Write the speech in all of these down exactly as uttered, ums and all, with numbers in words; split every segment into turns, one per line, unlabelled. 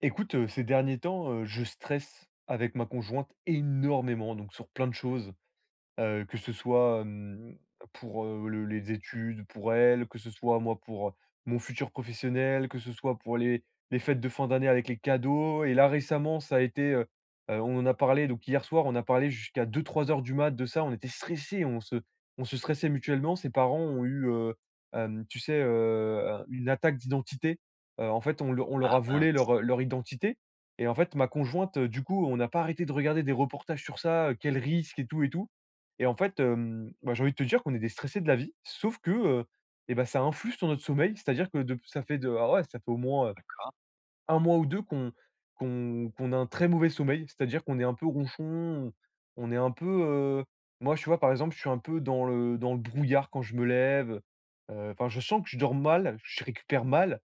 Écoute, heu, ces derniers temps, heu, je stresse avec ma conjointe énormément, donc sur plein de choses. Heu, que ce soit, hem, pour, heu, le les études, pour elle, que ce soit moi pour, heu, mon futur professionnel, que ce soit pour les les fêtes de fin d'année avec les cadeaux. Et là récemment ça a été, heu heu, on en a parlé donc hier soir, on a parlé jusqu'à deux trois heures du mat de ça, on était stressés, on se on se stressait mutuellement. Ses parents ont eu, heu, hem, tu sais, heu, une attaque d'identité. Heu, en fait on le on leur
Ah
a volé
mince,
leur, leur identité. Et en fait ma conjointe, heu, du coup on n'a pas arrêté de regarder des reportages sur ça, heu, quel risque et tout et tout. Et en fait, hem, bah, j'ai envie de te dire qu'on est des stressés de la vie, sauf que, heu, et ben ça influe sur notre sommeil. C'est-à-dire que de ça fait de ah ouais, ça fait au moins
d'accord.
un mois ou deux qu'on qu'on qu'on a un très mauvais sommeil, c'est-à-dire qu'on est un peu ronchon, on est un peu, heu moi, tu vois, par exemple, je suis un peu dans le dans le brouillard quand je me lève, heu, enfin, je sens que je dors mal, je récupère mal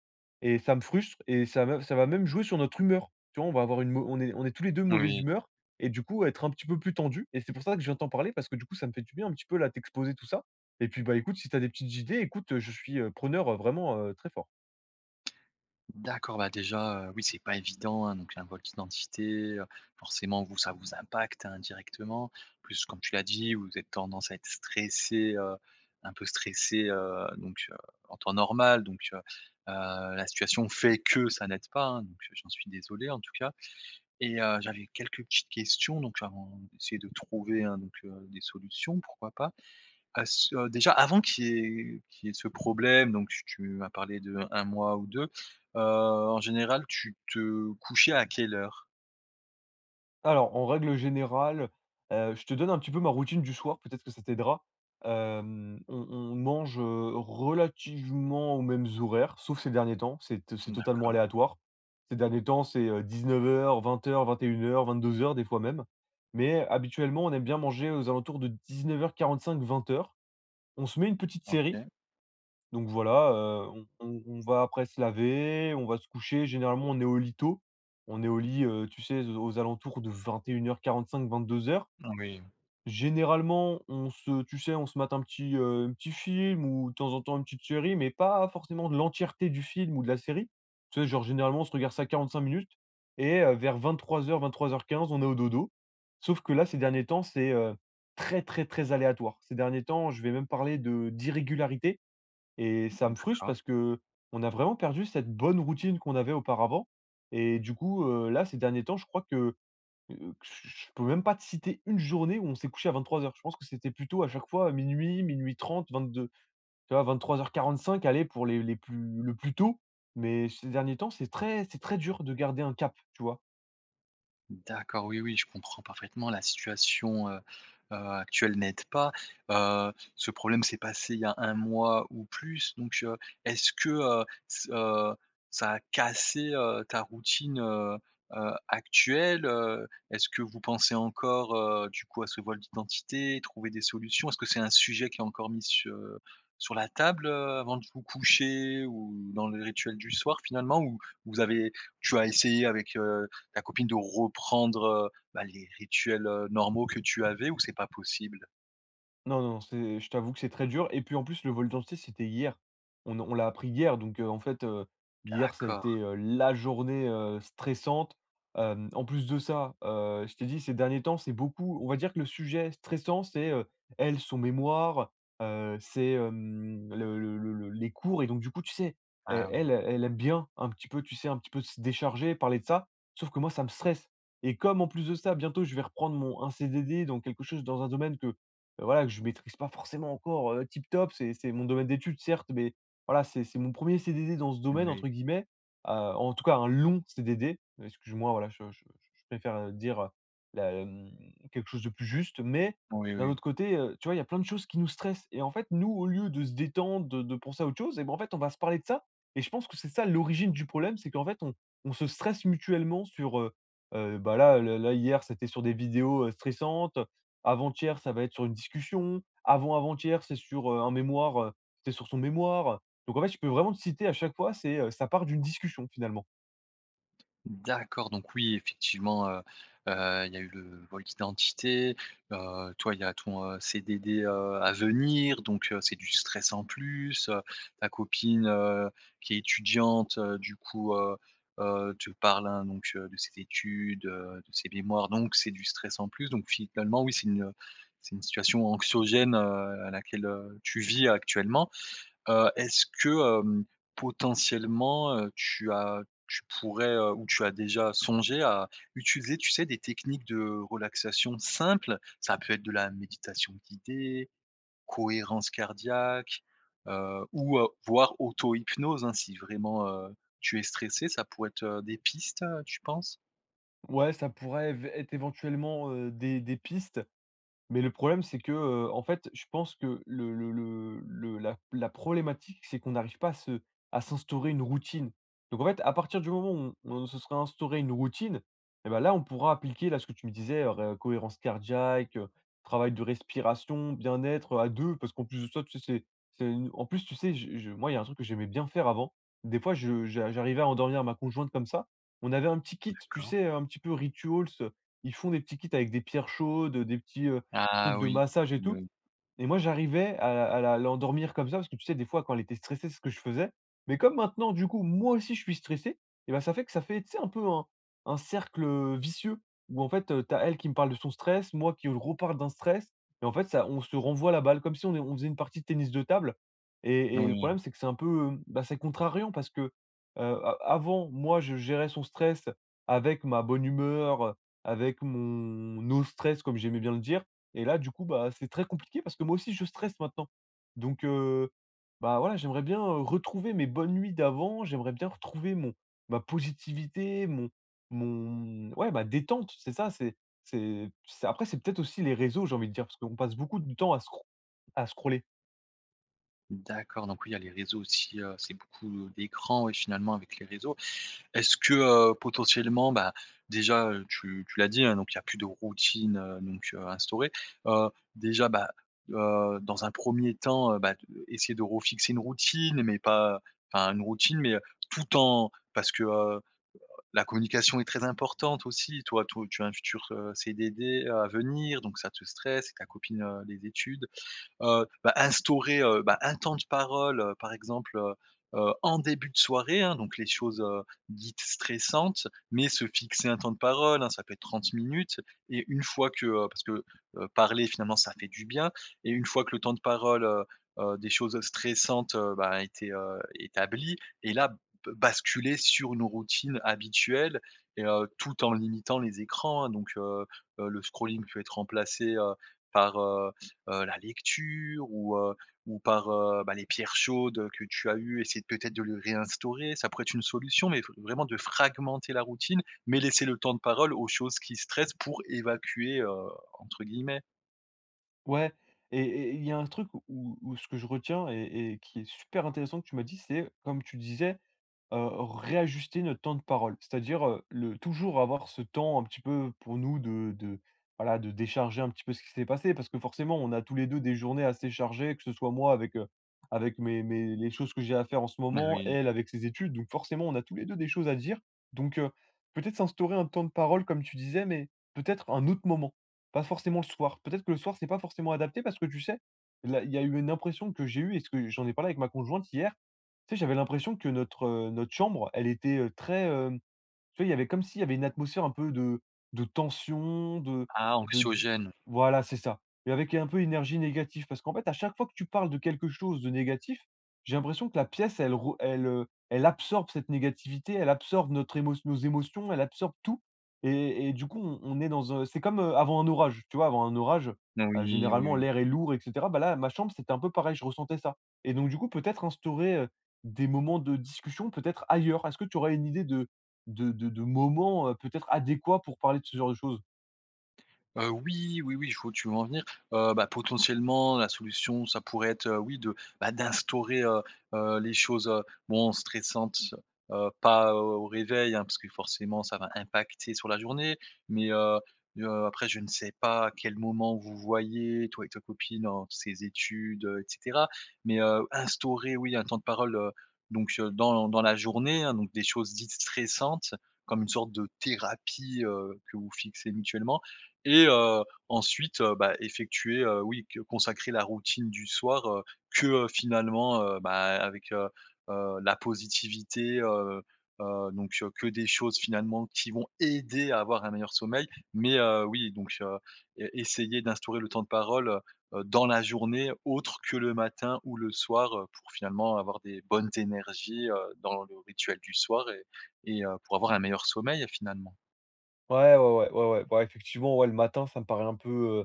et ça me frustre, et ça me ça va même jouer sur notre humeur. Tu vois, on va avoir une mau on est on est tous les deux mauvaise
Oui.
humeur, et du coup, être un petit peu plus tendu. Et c'est pour ça que je viens t'en parler parce que, du coup, ça me fait du bien un petit peu là, t'exposer tout ça. Et puis, bah, écoute, si t'as des petites idées, écoute, je suis, heu, preneur, heu, vraiment, heu, très fort.
D'accord, bah, déjà, heu, oui, c'est pas évident, hein, donc un vol d'identité, heu, forcément, vous, ça vous impacte, indirectement. Plus, comme tu l'as dit, vous avez tendance à être stressé, heu, un peu stressé, heu, donc heu, en temps normal, donc heu, heu, la situation fait que ça n'aide pas, hein, donc j'en suis désolé, en tout cas. Et heu, j'avais quelques petites questions, donc avant d'essayer de trouver, hein, donc heu, des solutions, pourquoi pas. Ah s heu, déjà avant qu'il y ait qu'il y ait ce problème, donc tu tu m'as parlé de un mois ou deux. heu, en général, tu te couchais à quelle heure?
Alors, en règle générale, heu, je te donne un petit peu ma routine du soir, peut-être que ça t'aidera. Hem, on on mange, heu, relativement aux mêmes horaires, sauf ces derniers temps, c'est t c'est totalement
D'accord,
aléatoire. Ces derniers temps, c'est dix-neuf heures, heures, vingt heures, vingt et une heures, vingt-deux heures, des fois même. Mais habituellement, on aime bien manger aux alentours de dix-neuf heures quarante-cinq, vingt heures. On se met une petite série,
OK.
donc voilà, heu, on on on va après se laver, on va se coucher. Généralement, on est au lit tôt. On est au lit, heu, tu sais, aux alentours de vingt et une heures quarante-cinq-vingt-deux heures.
Oui,
Généralement, on se tu sais, on se mate un petit, heu, un petit film ou de temps en temps une petite série, mais pas forcément de l'entièreté du film ou de la série. Tu sais, genre, généralement, on se regarde ça quarante-cinq minutes et heu, vers vingt-trois heures-vingt-trois heures quinze, on est au dodo. Sauf que là, ces derniers temps, c'est, heu, très, très, très aléatoire. Ces derniers temps, je vais même parler de d'irrégularité. Et ça me frustre
d'accord.
parce que on a vraiment perdu cette bonne routine qu'on avait auparavant. Et du coup, heu, là, ces derniers temps, je crois que, heu, je je peux même pas te citer une journée où on s'est couché à vingt-trois heures. Je pense que c'était plutôt à chaque fois minuit-minuit trente-vingt-deux heures, tu vois? vingt-trois heures quarante-cinq, allez, pour les les plus le plus tôt. Mais ces derniers temps, c'est très c'est très dur de garder un cap, tu vois?
D'accord, oui, oui, je comprends parfaitement. La situation, heu heu, actuelle n'aide pas. Heu, ce problème s'est passé il y a un mois ou plus, donc heu, est-ce que, heu, s heu, ça a cassé, heu, ta routine, heu heu, actuelle? Heu, est-ce que vous pensez encore, heu, du coup, à ce vol d'identité, trouver des solutions? Est-ce que c'est un sujet qui est encore mis su sur la table, heu, avant de vous coucher ou dans le rituel du soir finalement? Ou vous avez tu as essayé avec, heu ta copine de reprendre, heu, bah, les rituels, heu, normaux que tu avais ou c'est pas possible?
Non, non, c'est je t'avoue que c'est très dur et puis, en plus, le vol d'identité, c'était hier. On on l'a appris hier, donc heu, en fait, heu, hier, ça a
D'accord.
été, heu, la journée, heu, stressante. Hem, en plus de ça, heu, je t'ai dit ces derniers temps, c'est beaucoup, on va dire que le sujet stressant, c'est, heu, elle, son mémoire, heu, c'est, hem, le le le le les cours. Et donc du coup, tu sais, e
Ah oui.
elle, elle aime bien un petit peu, tu sais, un petit peu se décharger, parler de ça, sauf que moi, ça me stresse. Et comme en plus de ça, bientôt, je vais reprendre mon un C D D dans quelque chose, dans un domaine que… Heu, voilà, que je maîtrise pas forcément encore, heu, tip top. C'est c'est mon domaine d'étude, certes, mais voilà, c'est c'est mon premier C D D dans ce «domaine»
Oui.
entre guillemets, heu, en tout cas un long C D D. Excuse-moi, voilà, je je je préfère, heu, dire, heu, la, hem, quelque chose de plus juste, mais
Oui,
d'un
oui.
autre côté, heu, tu vois, il y a plein de choses qui nous stressent. Et en fait, nous, au lieu de se détendre, de de penser à autre chose, et ben, en fait, on va se parler de ça. Et je pense que c'est ça l'origine du problème. C'est qu'en fait, on on se stresse mutuellement sur, heu heu, bah, là, là là, hier, c'était sur des vidéos, heu, stressantes. Avant-hier, ça va être sur une discussion. Avant-avant-hier, c'est sur, heu, un mémoire, heu, c'est sur son mémoire. Donc en fait, je peux vraiment te citer à chaque fois, c'est, heu, ça part d'une discussion finalement.
D'accord, donc oui, effectivement, heu, heu, il y a eu le vol d'identité, heu, toi, il y a ton, heu, C D D, heu, à venir, donc heu, c'est du stress en plus, heu, ta copine, heu, qui est étudiante, heu, du coup, heu, heu, te parle, hein, donc heu, de ses études, heu, de ses mémoires, donc c'est du stress en plus, donc finalement, oui, c'est une, c'est une situation anxiogène, heu, à laquelle, heu, tu vis actuellement. Heu, est-ce que, hem, potentiellement, heu, tu as tu pourrais, heu, ou tu as déjà songé à utiliser, tu sais, des techniques de relaxation simples? Ça peut être de la méditation guidée, cohérence cardiaque, heu, ou, heu, voire auto-hypnose, hein, si vraiment, heu, tu es stressé, ça pourrait être, heu, des pistes, heu, tu penses?
Ouais, ça pourrait év être éventuellement, heu, des des pistes. Mais le problème, c'est que, heu, en fait, je pense que le le le le la la problématique, c'est qu'on n'arrive pas à se à s'instaurer une routine. Donc en fait, à partir du moment où on on se serait instauré une routine, et ben là, on pourra appliquer là ce que tu me disais, heu, ré cohérence cardiaque, heu, travail de respiration, bien-être, heu, à deux. Parce qu'en plus de ça, tu sais, c'est c'est une en plus, tu sais, je je moi, il y a un truc que j'aimais bien faire avant. Des fois, je j'a j'arrivais à endormir ma conjointe comme ça. On avait un petit kit, tu
D'accord.
sais, un petit peu rituals, ils font des petits kits avec des pierres chaudes, des petits, heu
Ah
truc de
oui,
massage et tout,
oui,
et moi j'arrivais à la à la l'endormir comme ça parce que tu sais, des fois quand elle était stressée, c'est ce que je faisais. Mais comme maintenant du coup, moi aussi je suis stressé, et bah, ça fait que ça fait, tu sais, un peu un un cercle vicieux où en fait, heu, tu as elle qui me parle de son stress, moi qui reparle d'un stress. Et en fait ça on se renvoie la balle comme si on est on faisait une partie de tennis de table. Et et le
oui,
problème c'est que c'est un peu, hem, bah, c'est contrariant parce que, heu, a avant moi je gérais son stress avec ma bonne humeur, avec mon no stress comme j'aimais bien le dire. Et là, du coup, bah, c'est très compliqué parce que moi aussi, je stresse maintenant. Donc, heu, bah, voilà, j'aimerais bien, heu, retrouver mes bonnes nuits d'avant. J'aimerais bien retrouver mon ma positivité, mon mon ouais, ma détente, c'est ça, c'est c'est c'est après. C'est peut-être aussi les réseaux, j'ai envie de dire, parce qu'on passe beaucoup de temps à scro à scroller.
d'accord, donc oui, il y a les réseaux aussi, heu, c'est beaucoup d'écrans, et finalement, avec les réseaux. Est-ce que, heu, potentiellement, bah, déjà, heu, tu tu l'as dit, hein, donc il y a plus de routine, heu, donc heu, instaurée. Heu, déjà, bah, heu, dans un premier temps, heu, bah, de essayer de refixer une routine, mais pas enfin une routine, mais heu, tout en parce que, heu, la communication est très importante aussi. Toi, to tu as un futur, heu, C D D, heu, à venir, donc ça te stresse et ta copine, heu, les études. heu, bah, instaurer, heu, bah, un temps de parole, heu, par exemple, heu heu, en début de soirée, hein, donc les choses, heu, dites stressantes, mais se fixer un temps de parole, hein, ça peut être trente minutes et une fois que, heu, parce que, heu, parler finalement ça fait du bien et une fois que le temps de parole, heu heu, des choses stressantes, heu, bah, a été, heu, établi et là, b basculer sur nos routines habituelles et heu, tout en limitant les écrans, hein, donc heu heu, le scrolling peut être remplacé, heu, par, euh, heu, la lecture ou, heu, ou par, heu, bah, les pierres chaudes que tu as eues, essayer peut-être de le réinstaurer, ça pourrait être une solution, mais v vraiment de fragmenter la routine, mais laisser le temps de parole aux choses qui stressent pour «évacuer», heu, entre guillemets.
Ouais, et et il y a un truc où où ce que je retiens et et qui est super intéressant que tu m'as dit. C'est comme tu disais, heu, réajuster notre temps de parole. C'est-à-dire, heu, le toujours avoir ce temps un petit peu pour nous de de voilà, de décharger un petit peu ce qui s'est passé. Parce que forcément, on a tous les deux des journées assez chargées, que ce soit moi avec, heu, avec mes mes les choses que j'ai à faire en ce moment,
Oui.
elle avec ses études. Donc forcément, on a tous les deux des choses à dire. Donc, heu, peut-être s'instaurer un temps de parole comme tu disais, mais peut-être un autre moment. Pas forcément le soir. Peut-être que le soir, c'est pas forcément adapté parce que tu sais, là, il y a eu une impression que j'ai eue et ce que j'en ai parlé avec ma conjointe hier. Tu sais, j'avais l'impression que notre, heu, notre chambre, elle était, heu, très, hem tu vois, il y avait comme s'il y avait une atmosphère un peu de de tension, de
Ah
de
anxiogène.
voilà, c'est ça. Et avec un peu énergie négative parce qu'en fait, à chaque fois que tu parles de quelque chose de négatif, j'ai l'impression que la pièce, elle re elle, heu, elle absorbe cette négativité, elle absorbe notre émo nos émotions, elle absorbe tout. Et et du coup, on on est dans un c'est comme, heu, avant un orage, tu vois? Avant un orage, heu,
Oui, oui,
généralement,
oui.
l'air est lourd et cetera. Bah, là, ma chambre, c'était un peu pareil, je ressentais ça. Et donc du coup, peut-être instaurer, heu, des moments de discussion peut-être ailleurs. Est-ce que tu aurais une idée de de de de moments, heu, peut-être adéquats pour parler de ce genre de choses?
Heu, oui, oui, oui, je vois où tu veux en venir. Heu, bah, potentiellement, la solution, ça pourrait être, heu, oui, de, bah, d'instaurer, heu heu, les choses, heu, bon, stressantes, heu, pas au au réveil, hein, parce que forcément, ça va impacter sur la journée. Mais, heu heu, après, je ne sais pas à quel moment vous voyez, toi et ta copine, entre ses études, heu, et cetera. Mais, heu, instaurer, oui, un temps de parole, heu, donc, heu, dans dans la journée, hein, donc des choses dites stressantes, comme une sorte de thérapie, heu, que vous fixez mutuellement. Et heu, ensuite, heu, bah, effectuer, heu, oui, que consacrer la routine du soir, heu, que, heu, finalement, heu, bah, avec, heu heu, la positivité, heu heu, donc heu, que des choses finalement qui vont aider à avoir un meilleur sommeil. Mais heu, oui, donc heu, e essayer d'instaurer le temps de parole, heu heu, dans la journée autre que le matin ou le soir, heu, pour finalement avoir des bonnes énergies, heu, dans le rituel du soir et et heu, pour avoir un meilleur sommeil finalement.
Ouais, ouais, ouais, ouais, ouais. Bah, effectivement, ouais, le matin, ça me paraît un peu, heu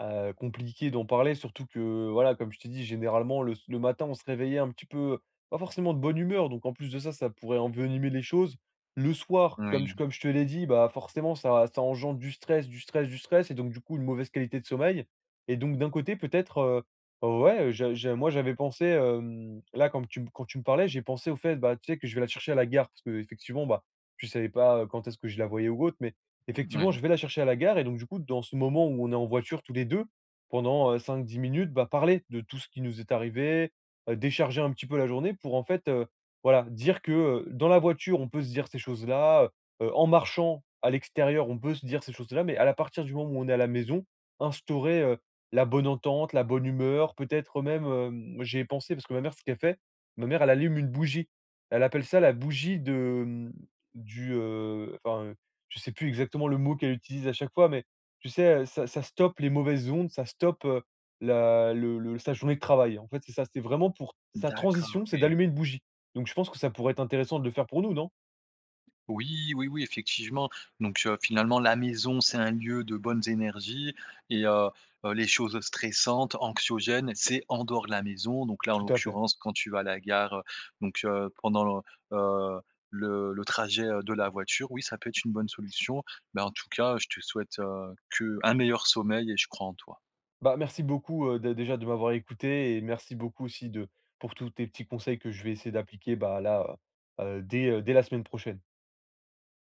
heu, compliqué d'en parler, surtout que, voilà, comme je t'ai dit, généralement, le s le matin, on se réveillait un petit peu, pas forcément de bonne humeur, donc en plus de ça, ça pourrait envenimer les choses. Le soir, comme je
Oui,
comme je te l'ai dit, bah, forcément, ça ça engendre du stress, du stress, du stress, et donc du coup, une mauvaise qualité de sommeil. Et donc d'un côté, peut-être, heu, ouais, j'a j'a moi, j'avais pensé, hem, là, quand tu me quand tu me parlais, j'ai pensé au fait, bah, tu sais, que je vais la chercher à la gare parce que effectivement bah, je savais pas, heu, quand est-ce que je la voyais ou autre, mais effectivement, je
oui.
vais la chercher à la gare. Et donc du coup, dans ce moment où on est en voiture tous les deux pendant, heu, cinq dix minutes, bah, parler de tout ce qui nous est arrivé, heu, décharger un petit peu la journée pour en fait, heu, voilà, dire que, heu, dans la voiture, on peut se dire ces choses-là, heu en marchant à l'extérieur, on peut se dire ces choses-là, mais à la partir du moment où on est à la maison, instaurer, heu, la bonne entente, la bonne humeur, peut-être même, hem, j'y ai pensé parce que ma mère, ce qu'elle fait, ma mère, elle allume une bougie. Elle appelle ça la bougie de, mmh, du, heu, enfin, je sais plus exactement le mot qu'elle utilise à chaque fois, mais tu sais, heu, ça ça stoppe les mauvaises ondes, ça stoppe, heu, la le le sa journée de travail. En fait, c'est ça, c'est vraiment pour sa
D'accord,
transition, c'est
oui.
d'allumer une bougie. Donc je pense que ça pourrait être intéressant de le faire pour nous, non?
Oui, oui, oui, effectivement. Donc, heu, finalement, la maison, c'est un lieu de bonnes énergies et heu heu, les choses stressantes, anxiogènes, c'est en dehors de la maison. Donc là, en
Tout à fait.
l'occurrence, quand tu vas à la gare, heu, donc heu, pendant le, heu, le le trajet, heu, de la voiture, oui, ça peut être une bonne solution. Bah, en tout cas, je te souhaite, heu, qu'un meilleur sommeil et je crois en toi.
Bah, merci beaucoup, heu, dé déjà de m'avoir écouté et merci beaucoup aussi de pour tous tes petits conseils que je vais essayer d'appliquer, bah, là, heu dès, heu, dès la semaine prochaine.